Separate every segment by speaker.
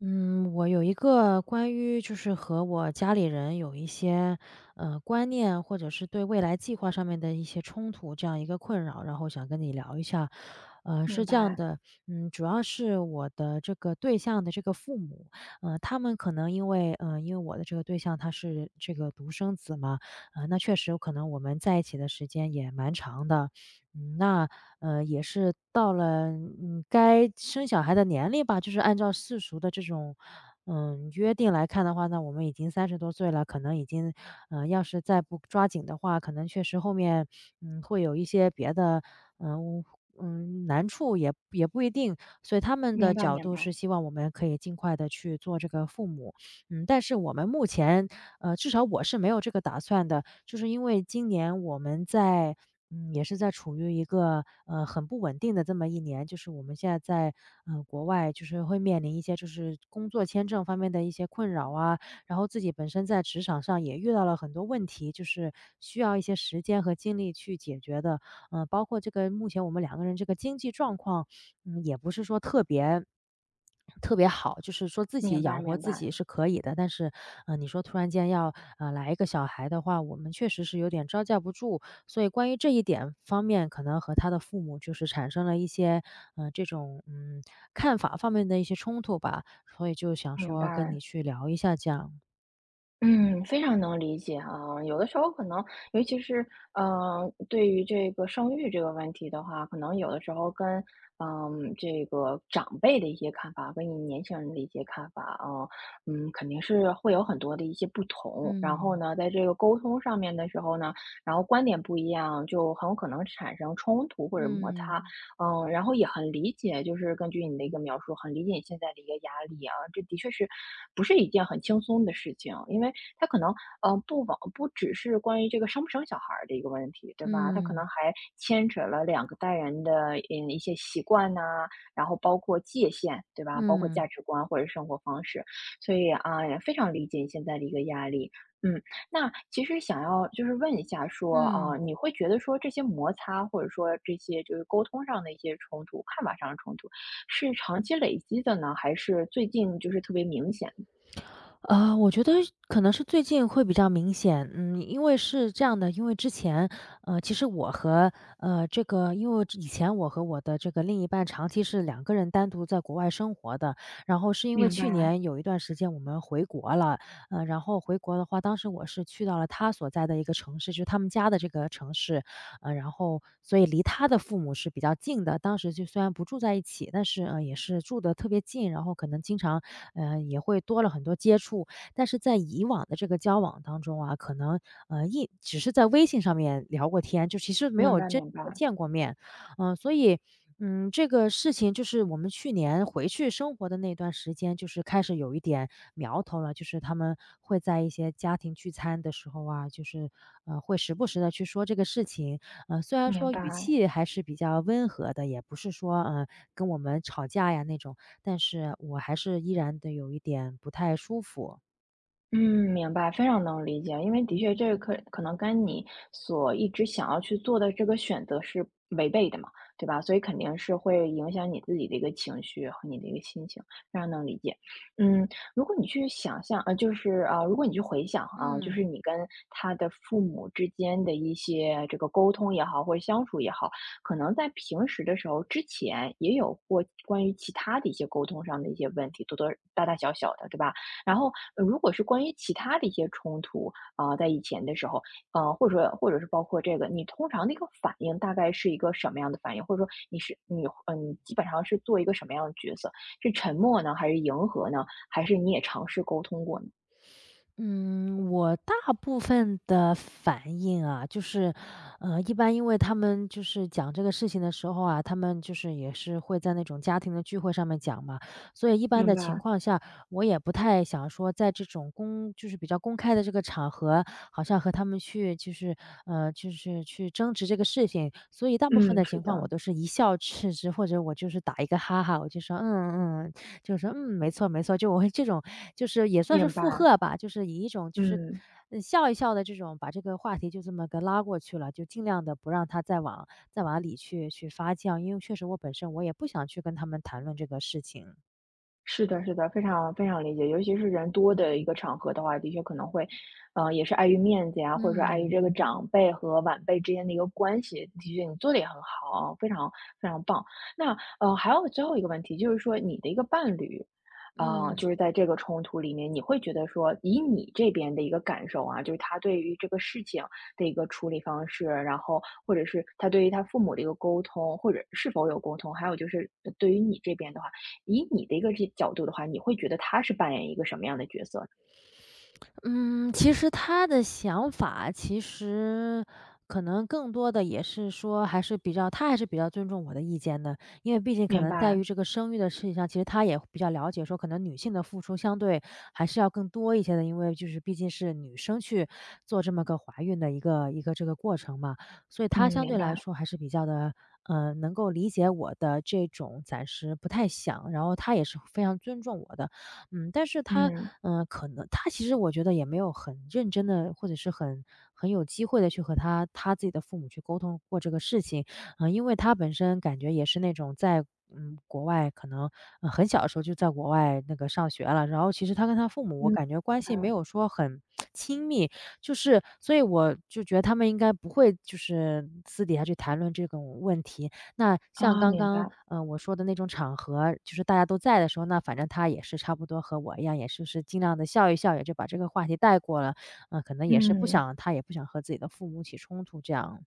Speaker 1: 嗯，我有一个关于就是和我家里人有一些，观念或者是对未来计划上面的一些冲突，这样一个困扰，然后想跟你聊一下。是
Speaker 2: 明
Speaker 1: 这样
Speaker 2: 白，
Speaker 1: 的，嗯，主要是我的这个对象的这个父母，他们可能因为，因为我的这个对象他是这个独生子嘛，那确实有可能我们在一起的时间也蛮长的，嗯，那，也是到了，嗯，该生小孩的年龄吧，就是按照世俗的这种，嗯，约定来看的话，呢，我们已经三十多岁了，可能已经，嗯，要是再不抓紧的话，可能确实后面，嗯，会有一些别的，嗯，难处也不一定。所以他们
Speaker 2: 明
Speaker 1: 的
Speaker 2: 白，
Speaker 1: 角
Speaker 2: 明
Speaker 1: 度是
Speaker 2: 白，
Speaker 1: 希望我们可以尽快的去做这个父母。嗯，但是我们目前至少我是没有这个打算的。就是因为今年我们在嗯，也是在处于一个，很不稳定的这么一年，就是我们现在在，嗯，国外就是会面临一些就是工作签证方面的一些困扰啊，然后自己本身在职场上也遇到了很多问题，就是需要一些时间和精力去解决的。嗯，包括这个目前我们两个人这个经济状况，嗯，也不是说特别好，就是说自己
Speaker 2: 明白，
Speaker 1: 养活
Speaker 2: 明
Speaker 1: 自
Speaker 2: 白，
Speaker 1: 己是可以的，但是，嗯，你说突然间要，来一个小孩的话，我们确实是有点招架不住。所以关于这一点方面，可能和他的父母就是产生了一些，嗯，这种，嗯，看法方面的一些冲突吧，所以就想
Speaker 2: 明
Speaker 1: 说跟你
Speaker 2: 白，
Speaker 1: 去聊一下这样。
Speaker 2: 嗯，非常能理解啊。有的时候可能，尤其是对于这个生育这个问题的话，可能有的时候跟这个长辈的一些看法，跟你年轻人的一些看法啊，肯定是会有很多的一些不同。然后
Speaker 1: 嗯，
Speaker 2: 呢，在这个沟通上面的时候呢，然后观点不一样，就很有可能产生冲突或者摩擦。
Speaker 1: 嗯，
Speaker 2: 然后也很理解，就是根据你的一个描述，很理解你现在的一个压力啊，这的确是不是一件很轻松的事情，因为它可能，不只是关于这个生不生小孩儿的一个问题，对吧？它可
Speaker 1: 嗯，
Speaker 2: 能还牵扯了两个代人的，一些习惯呐，然后包括界限，对吧？包括
Speaker 1: 嗯，
Speaker 2: 价值观或者生活方式，所以啊，也非常理解你现在的一个压力。嗯，那其实想要就是问一下说，啊，
Speaker 1: 嗯。
Speaker 2: 你会觉得说这些摩擦或者说这些就是沟通上的一些冲突、看法上的冲突，是长期累积的呢，还是最近就是特别明显的？
Speaker 1: 我觉得可能是最近会比较明显，嗯，因为是这样的，因为之前，其实我和呃这个，因为以前我和我的这个另一半长期是两个人单独在国外生活的，然后是因为
Speaker 2: 明
Speaker 1: 去
Speaker 2: 白，
Speaker 1: 年有一段时间我们回国了，然后回国的话，当时我是去到了他所在的一个城市，就是他们家的这个城市，然后所以离他的父母是比较近的，当时就虽然不住在一起，但是，也是住得特别近，然后可能经常，也会多了很多接触。但是在以往的这个交往当中啊，可能，一只是在微信上面聊过天，就其实没
Speaker 2: 明
Speaker 1: 有
Speaker 2: 白，
Speaker 1: 真正
Speaker 2: 明
Speaker 1: 的
Speaker 2: 白。
Speaker 1: 见过面。所以，嗯，这个事情就是我们去年回去生活的那段时间，就是开始有一点苗头了，就是他们会在一些家庭聚餐的时候啊，就是，会时不时的去说这个事情。虽然
Speaker 2: 明
Speaker 1: 说语
Speaker 2: 白，
Speaker 1: 气还是比较温和的，也不是说，跟我们吵架呀那种，但是我还是依然的有一点不太舒服，
Speaker 2: 嗯，明白，非常能理解。因为的确，这个可能跟你所一直想要去做的这个选择是违背的嘛，对吧？所以肯定是会影响你自己的一个情绪和你的一个心情，非常能理解。嗯，如果你去想象，就是啊、如果你去回想啊、就是
Speaker 1: 嗯。
Speaker 2: 你跟他的父母之间的一些这个沟通也好，或者相处也好，可能在平时的时候之前也有过关于其他的一些沟通上的一些问题，多多大大小小的，对吧？然后，如果是关于其他的一些冲突，啊、在以前的时候，或者是包括这个，你通常的一个反应大概是一个什么样的反应？或者说你基本上是做一个什么样的角色？是沉默呢，还是迎合呢？还是你也尝试沟通过呢？
Speaker 1: 嗯，我大部分的反应啊，就是，一般因为他们就是讲这个事情的时候啊，他们就是也是会在那种家庭的聚会上面讲嘛，所以一般
Speaker 2: 明
Speaker 1: 的情
Speaker 2: 白，
Speaker 1: 况下，我也不太想说在这种公就是比较公开的这个场合，好像和他们去就是，就是去争执这个事情，所以大部分
Speaker 2: 嗯，
Speaker 1: 的
Speaker 2: 是
Speaker 1: 情况我
Speaker 2: 的，
Speaker 1: 都是一笑置之，或者我就是打一个哈哈，我就说嗯嗯，就是说："嗯，没错没错。"就我会这种就是也算是
Speaker 2: 明
Speaker 1: 附
Speaker 2: 白，
Speaker 1: 和吧，就是以一种就是，
Speaker 2: 嗯。
Speaker 1: 嗯，笑一笑的这种把这个话题就这么给拉过去了，就尽量的不让它再往里去发酵，因为确实我本身我也不想去跟他们谈论这个事情。
Speaker 2: 是的，是的，非常非常理解。尤其是人多的一个场合的话，的确可能会，也是碍于面子呀，或者说碍于
Speaker 1: 嗯，
Speaker 2: 这个长辈和晚辈之间的一个关系。的确，你做的也很好，非常非常棒。那还有最后一个问题，就是说你的一个伴侣，啊、
Speaker 1: 嗯。
Speaker 2: 就是在这个冲突里面，你会觉得说，以你这边的一个感受啊，就是他对于这个事情的一个处理方式，然后或者是他对于他父母的一个沟通，或者是否有沟通，还有就是对于你这边的话。以你的一个这角度的话，你会觉得他是扮演一个什么样的角色呢？
Speaker 1: 嗯，其实他的想法其实可能更多的也是说，还是比较他还是比较尊重我的意见的。因为毕竟可
Speaker 2: 明
Speaker 1: 能在于
Speaker 2: 白，
Speaker 1: 这个生育的事情上，其实他也比较了解说，可能女性的付出相对还是要更多一些的，因为就是毕竟是女生去做这么个怀孕的一个这个过程嘛，所以
Speaker 2: 嗯，
Speaker 1: 他相对
Speaker 2: 明
Speaker 1: 来
Speaker 2: 白，
Speaker 1: 说还是比较的。能够理解我的这种暂时不太想，然后他也是非常尊重我的，嗯，但是他，
Speaker 2: 嗯，
Speaker 1: 嗯，可能他其实我觉得也没有很认真的，或者是很有机会的去和他自己的父母去沟通过这个事情。嗯，因为他本身感觉也是那种在，嗯，国外可能，很小的时候就在国外那个上学了，然后其实他跟他父母我
Speaker 2: 明白，
Speaker 1: 感觉关系没有说很亲密，就是所以我就觉得他们应该不会就是私底下去谈论这种问题。那像
Speaker 2: 啊，
Speaker 1: 刚
Speaker 2: 明
Speaker 1: 刚，
Speaker 2: 白，
Speaker 1: 我说的那种场合，就是大家都在的时候，那反正他也是差不多和我一样，也是尽量的笑一笑，也就把这个话题带过了。嗯，可能也是不
Speaker 2: 嗯。
Speaker 1: 想他也不想和自己的父母起冲突这样。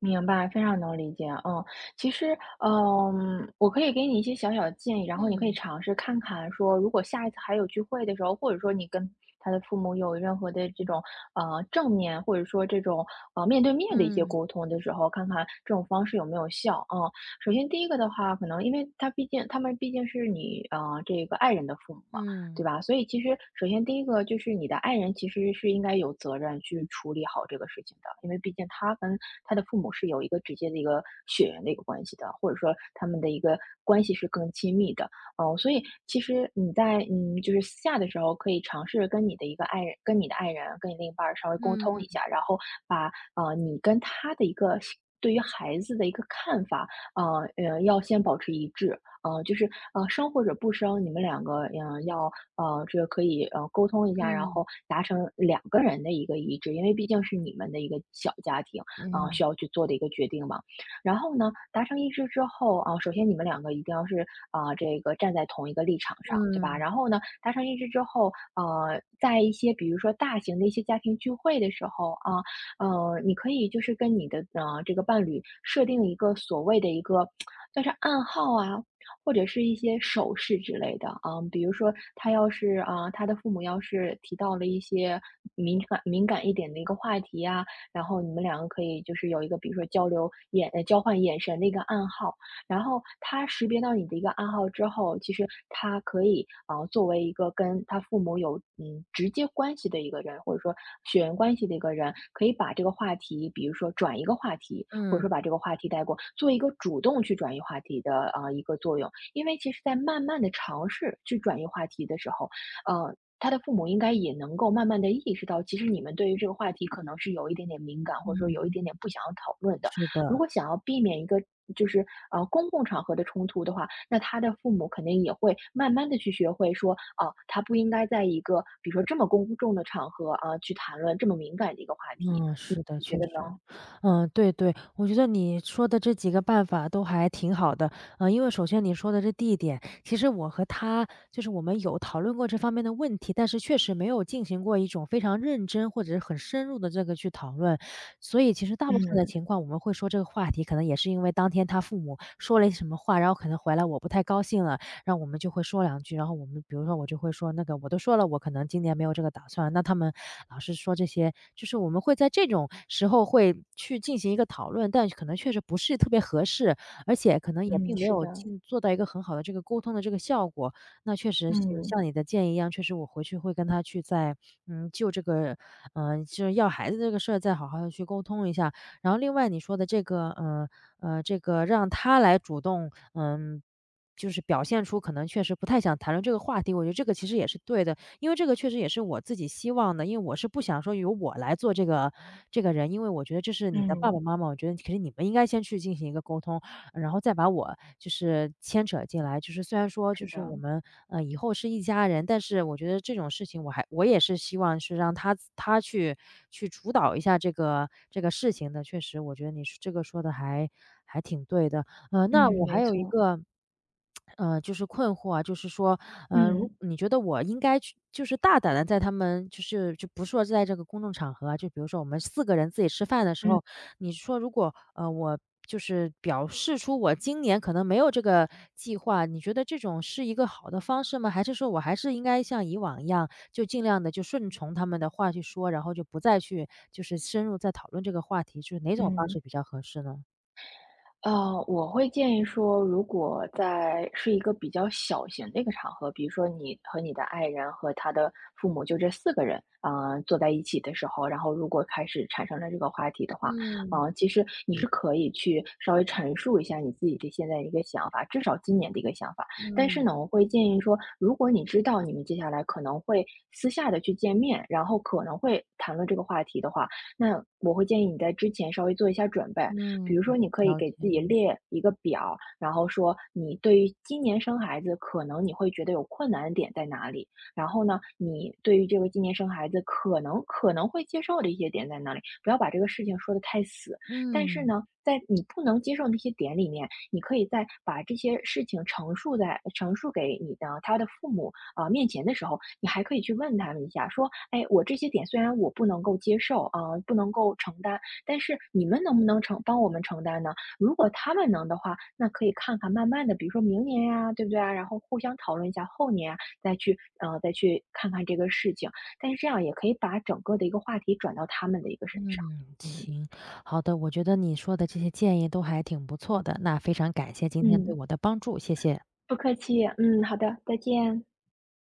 Speaker 2: 明白，非常能理解，嗯。其实，我可以给你一些小小的建议，然后你可以
Speaker 1: 嗯，
Speaker 2: 尝试看看说，如果下一次还有聚会的时候，或者说你跟他的父母有任何的这种，正面或者说这种，面对面的一些
Speaker 1: 嗯，
Speaker 2: 沟通的时候，看看这种方式有没有效，嗯。首先第一个的话，可能因为他们毕竟是你，这个爱人的父母嘛，对
Speaker 1: 嗯，
Speaker 2: 吧？所以其实首先第一个就是你的爱人其实是应该有责任去处理好这个事情的，因为毕竟他跟他的父母是有一个直接的一个血缘的一个关系的，或者说他们的一个关系是更亲密的。所以其实你在就是私下的时候，可以尝试跟你的一个爱人、跟你的爱人、跟你另一半儿稍微沟通
Speaker 1: 嗯，
Speaker 2: 一下，然后把你跟他的一个对于孩子的一个看法，呃要先保持一致，就是生或者不生，你们两个要这个可以沟通一下，然
Speaker 1: 嗯，
Speaker 2: 后达成两个人的一个一致，因为毕竟是你们的一个小家庭啊、需
Speaker 1: 嗯，
Speaker 2: 要去做的一个决定嘛。然后呢，达成一致之后啊、首先你们两个一定要是啊、这个站在同一个立场上，对吧？
Speaker 1: 嗯，
Speaker 2: 然后呢，达成一致之后，在一些比如说大型的一些家庭聚会的时候啊，你可以就是跟你的这个伴侣设定一个所谓的一个算是暗号啊，或者是一些手势之类的啊。比如说他要是啊，他的父母要是提到了一些敏感敏感一点的一个话题啊，然后你们两个可以就是有一个，比如说交换眼神的一个暗号，然后他识别到你的一个暗号之后，其实他可以啊、作为一个跟他父母有直接关系的一个人，或者说血缘关系的一个人，可以把这个话题，比如说转一个话题，或者
Speaker 1: 嗯，
Speaker 2: 说把这个话题带过，做一个主动去转移话题的啊、一个作用。因为其实，在慢慢的尝试去转移话题的时候，呃。他的父母应该也能够慢慢的意识到，其实你们对于这个话题可能是有一点点敏感，或者说有
Speaker 1: 嗯，
Speaker 2: 一点点不想要讨论的。
Speaker 1: 是
Speaker 2: 如
Speaker 1: 的。
Speaker 2: 果想要避免一个就是公共场合的冲突的话，那他的父母肯定也会慢慢的去学会说，哦、他不应该在一个比如说这么公众的场合啊、去谈论这么敏感的一个话题，
Speaker 1: 嗯，是的，
Speaker 2: 你觉
Speaker 1: 确
Speaker 2: 得
Speaker 1: 实。
Speaker 2: 呢？
Speaker 1: 嗯，对对，我觉得你说的这几个办法都还挺好的。嗯，因为首先你说的这地点，其实我和他就是我们有讨论过这方面的问题，但是确实没有进行过一种非常认真或者是很深入的这个去讨论。所以其实大部分的
Speaker 2: 嗯
Speaker 1: 情况我们会说这个话题，可能也是因为当天他父母说了一些什么话，然后可能回来我不太高兴了，然后我们就会说两句，然后我们比如说我就会说那个我都说了，我可能今年没有这个打算，那他们老是说这些，就是我们会在这种时候会去进行一个讨论，但可能确实不是特别合适，而且可能也
Speaker 2: 嗯，
Speaker 1: 并没
Speaker 2: 是
Speaker 1: 有
Speaker 2: 的，
Speaker 1: 尽做到一个很好的这个沟通的这个效果。那确实是
Speaker 2: 嗯
Speaker 1: 像你的建议一样，确实我回去会跟他去再嗯，就这个就是要孩子这个事儿再好好的去沟通一下。然后另外你说的这个，这个让他来主动，嗯、就是表现出可能确实不太想谈论这个话题，我觉得这个其实也是对的，因为这个确实也是我自己希望的，因为我是不想说由我来做这个人，因为我觉得这是你的爸爸
Speaker 2: 嗯，
Speaker 1: 妈妈，我觉得其实你们应该先去进行一个沟通，然后再把我就是牵扯进来。就是虽然说就
Speaker 2: 是
Speaker 1: 是我
Speaker 2: 的，
Speaker 1: 们以后是一家人，但是我觉得这种事情我也是希望是让他去去主导一下这个事情的。确实，我觉得你这个说的还挺对的。那
Speaker 2: 嗯，
Speaker 1: 我还
Speaker 2: 没
Speaker 1: 有一
Speaker 2: 错，
Speaker 1: 个就是困惑啊，就是说，如
Speaker 2: 嗯
Speaker 1: 你觉得我应该去，就是大胆的在他们，就是就不是说在这个公众场合啊，就比如说我们四个人自己吃饭的时候，
Speaker 2: 嗯
Speaker 1: 你说如果我就是表示出我今年可能没有这个计划，你觉得这种是一个好的方式吗？还是说我还是应该像以往一样，就尽量的就顺从他们的话去说，然后就不再去就是深入再讨论这个话题，就是哪种方
Speaker 2: 嗯。
Speaker 1: 式比较合适呢？
Speaker 2: 呃，我会建议说，如果在是一个比较小型的一个场合，比如说你和你的爱人和他的父母就这四个人，坐在一起的时候，然后如果开始产生了这个话题的话，
Speaker 1: 嗯
Speaker 2: 其实你是可以去稍微陈述一下你自己的现在一个想法，至少今年的一个想法。但是
Speaker 1: 嗯
Speaker 2: 呢，我会建议说，如果你知道你们接下来可能会私下的去见面，然后可能会谈论这个话题的话，那我会建议你在之前稍微做一下准备，比
Speaker 1: 嗯，
Speaker 2: 如说，你可以
Speaker 1: 了
Speaker 2: 给
Speaker 1: 解。
Speaker 2: 自己列一个表，然后说你对于今年生孩子，可能你会觉得有困难的点在哪里？然后呢，你对于这个今年生孩子可能会接受的一些点在哪里？不要把这个事情说的太死，但是
Speaker 1: 嗯
Speaker 2: 呢，在你不能接受那些点里面，你可以在把这些事情陈述给他的父母啊、面前的时候，你还可以去问他们一下，说，哎，我这些点虽然我不能够接受啊、不能够承担，但是你们能不能帮我们承担呢？如果他们能的话，那可以看看慢慢的，比如说明年呀，对不对啊？然后互相讨论一下后年啊，再去看看这个事情。但是这样也可以把整个的一个话题转到他们的一个身上。
Speaker 1: 嗯，
Speaker 2: 嗯。
Speaker 1: 行，好的，我觉得你说的这些建议都还挺不错的，那非常感谢今天对
Speaker 2: 嗯，
Speaker 1: 我的帮助，谢谢。
Speaker 2: 不客气，嗯，好的，再见。